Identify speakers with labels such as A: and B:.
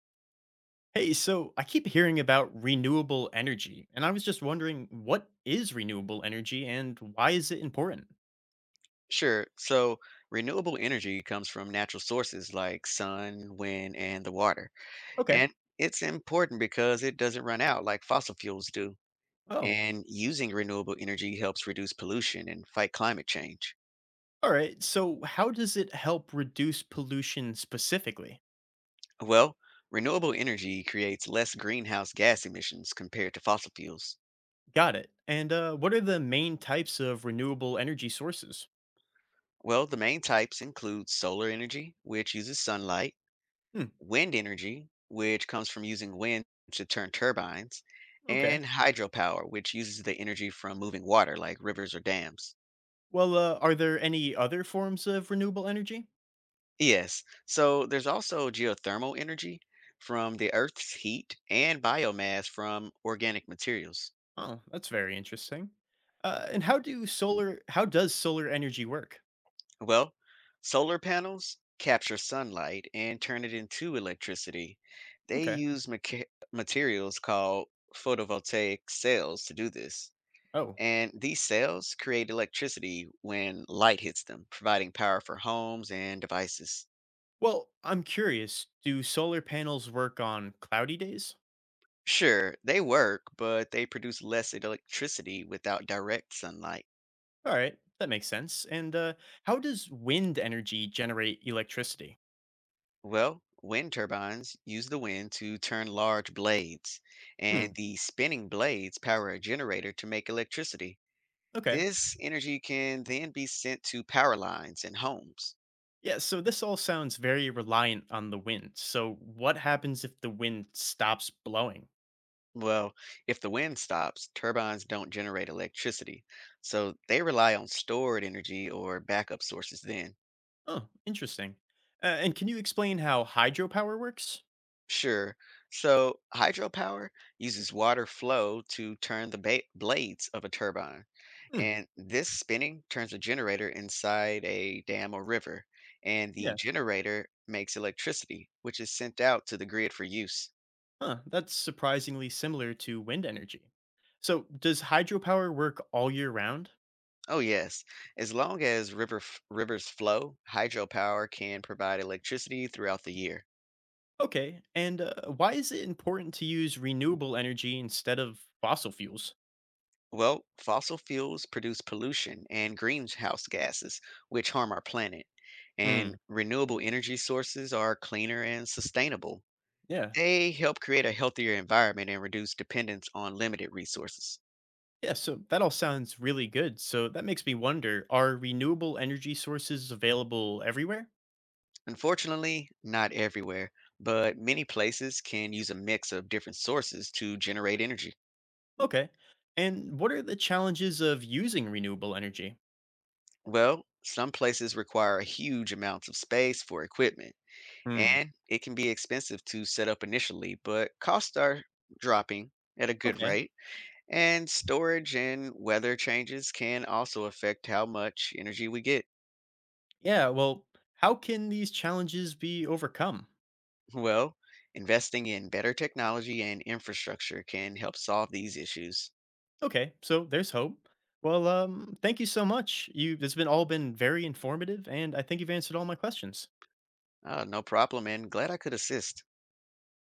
A: Hey, so I keep hearing about renewable energy, and I was just wondering what is renewable energy and why is it important?
B: Sure. So renewable energy comes from natural sources like sun, wind, and the water.
A: Okay.
B: And it's important because it doesn't run out like fossil fuels do.
A: Oh,
B: And using renewable energy helps reduce pollution and fight climate change.
A: all right. So, how does it help reduce pollution specifically?
B: Well, renewable energy creates less greenhouse gas emissions compared to fossil fuels.
A: Got it. And what are the main types of renewable energy sources?
B: Well, the main types include solar energy, which uses sunlight,
A: Hmm.
B: wind energy, which comes from using wind to turn turbines,
A: Okay.
B: and hydropower, which uses the energy from moving water like rivers or dams.
A: Well, are there any other forms of renewable energy?
B: Yes, so there's also geothermal energy from the Earth's heat and biomass from organic materials.
A: Oh, that's very interesting. And how do solar? How does solar energy work?
B: Well, solar panels capture sunlight and turn it into electricity. They
A: Okay.
B: use materials called photovoltaic cells to do this.
A: Oh.
B: And these cells create electricity when light hits them, providing power for homes and devices.
A: Well, I'm curious. Do solar panels work on cloudy days?
B: Sure, they work, but they produce less electricity without direct sunlight.
A: All right, that makes sense. And how does wind energy generate electricity?
B: Well, wind turbines use the wind to turn large blades, and
A: Hmm,
B: the spinning blades power a generator to make electricity.
A: okay.
B: This energy can then be sent to power lines and homes.
A: Yeah, so this all sounds very reliant on the wind. So, what happens if the wind stops blowing?
B: Well, if the wind stops, turbines don't generate electricity, so they rely on stored energy or backup sources then.
A: Oh, interesting. And can you explain how hydropower works?
B: Sure. So hydropower uses water flow to turn the blades of a turbine,
A: Hmm,
B: and this spinning turns a generator inside a dam or river, and the
A: yeah.
B: generator makes electricity, which is sent out to the grid for use.
A: Huh, that's surprisingly similar to wind energy. So, does hydropower work all year round?
B: Oh, yes. As long as rivers flow, hydropower can provide electricity throughout the year.
A: Okay, and why is it important to use renewable energy instead of fossil fuels?
B: Well, fossil fuels produce pollution and greenhouse gases, which harm our planet. And
A: Hmm.
B: renewable energy sources are cleaner and sustainable.
A: Yeah.
B: They help create a healthier environment and reduce dependence on limited resources.
A: Yeah, so that all sounds really good. So that makes me wonder, are renewable energy sources available everywhere?
B: Unfortunately, not everywhere, but many places can use a mix of different sources to generate energy.
A: Okay. And what are the challenges of using renewable energy?
B: Well, some places require huge amounts of space for equipment,
A: Hmm.
B: and it can be expensive to set up initially, but costs are dropping at a good
A: Okay.
B: rate. And storage and weather changes can also affect how much energy we get.
A: Yeah, well, how can these challenges be overcome?
B: Well, investing in better technology and infrastructure can help solve these issues.
A: Okay, so there's hope. Well, thank you so much. You it's been all been very informative and I think you've answered all my questions.
B: No problem, and glad I could assist.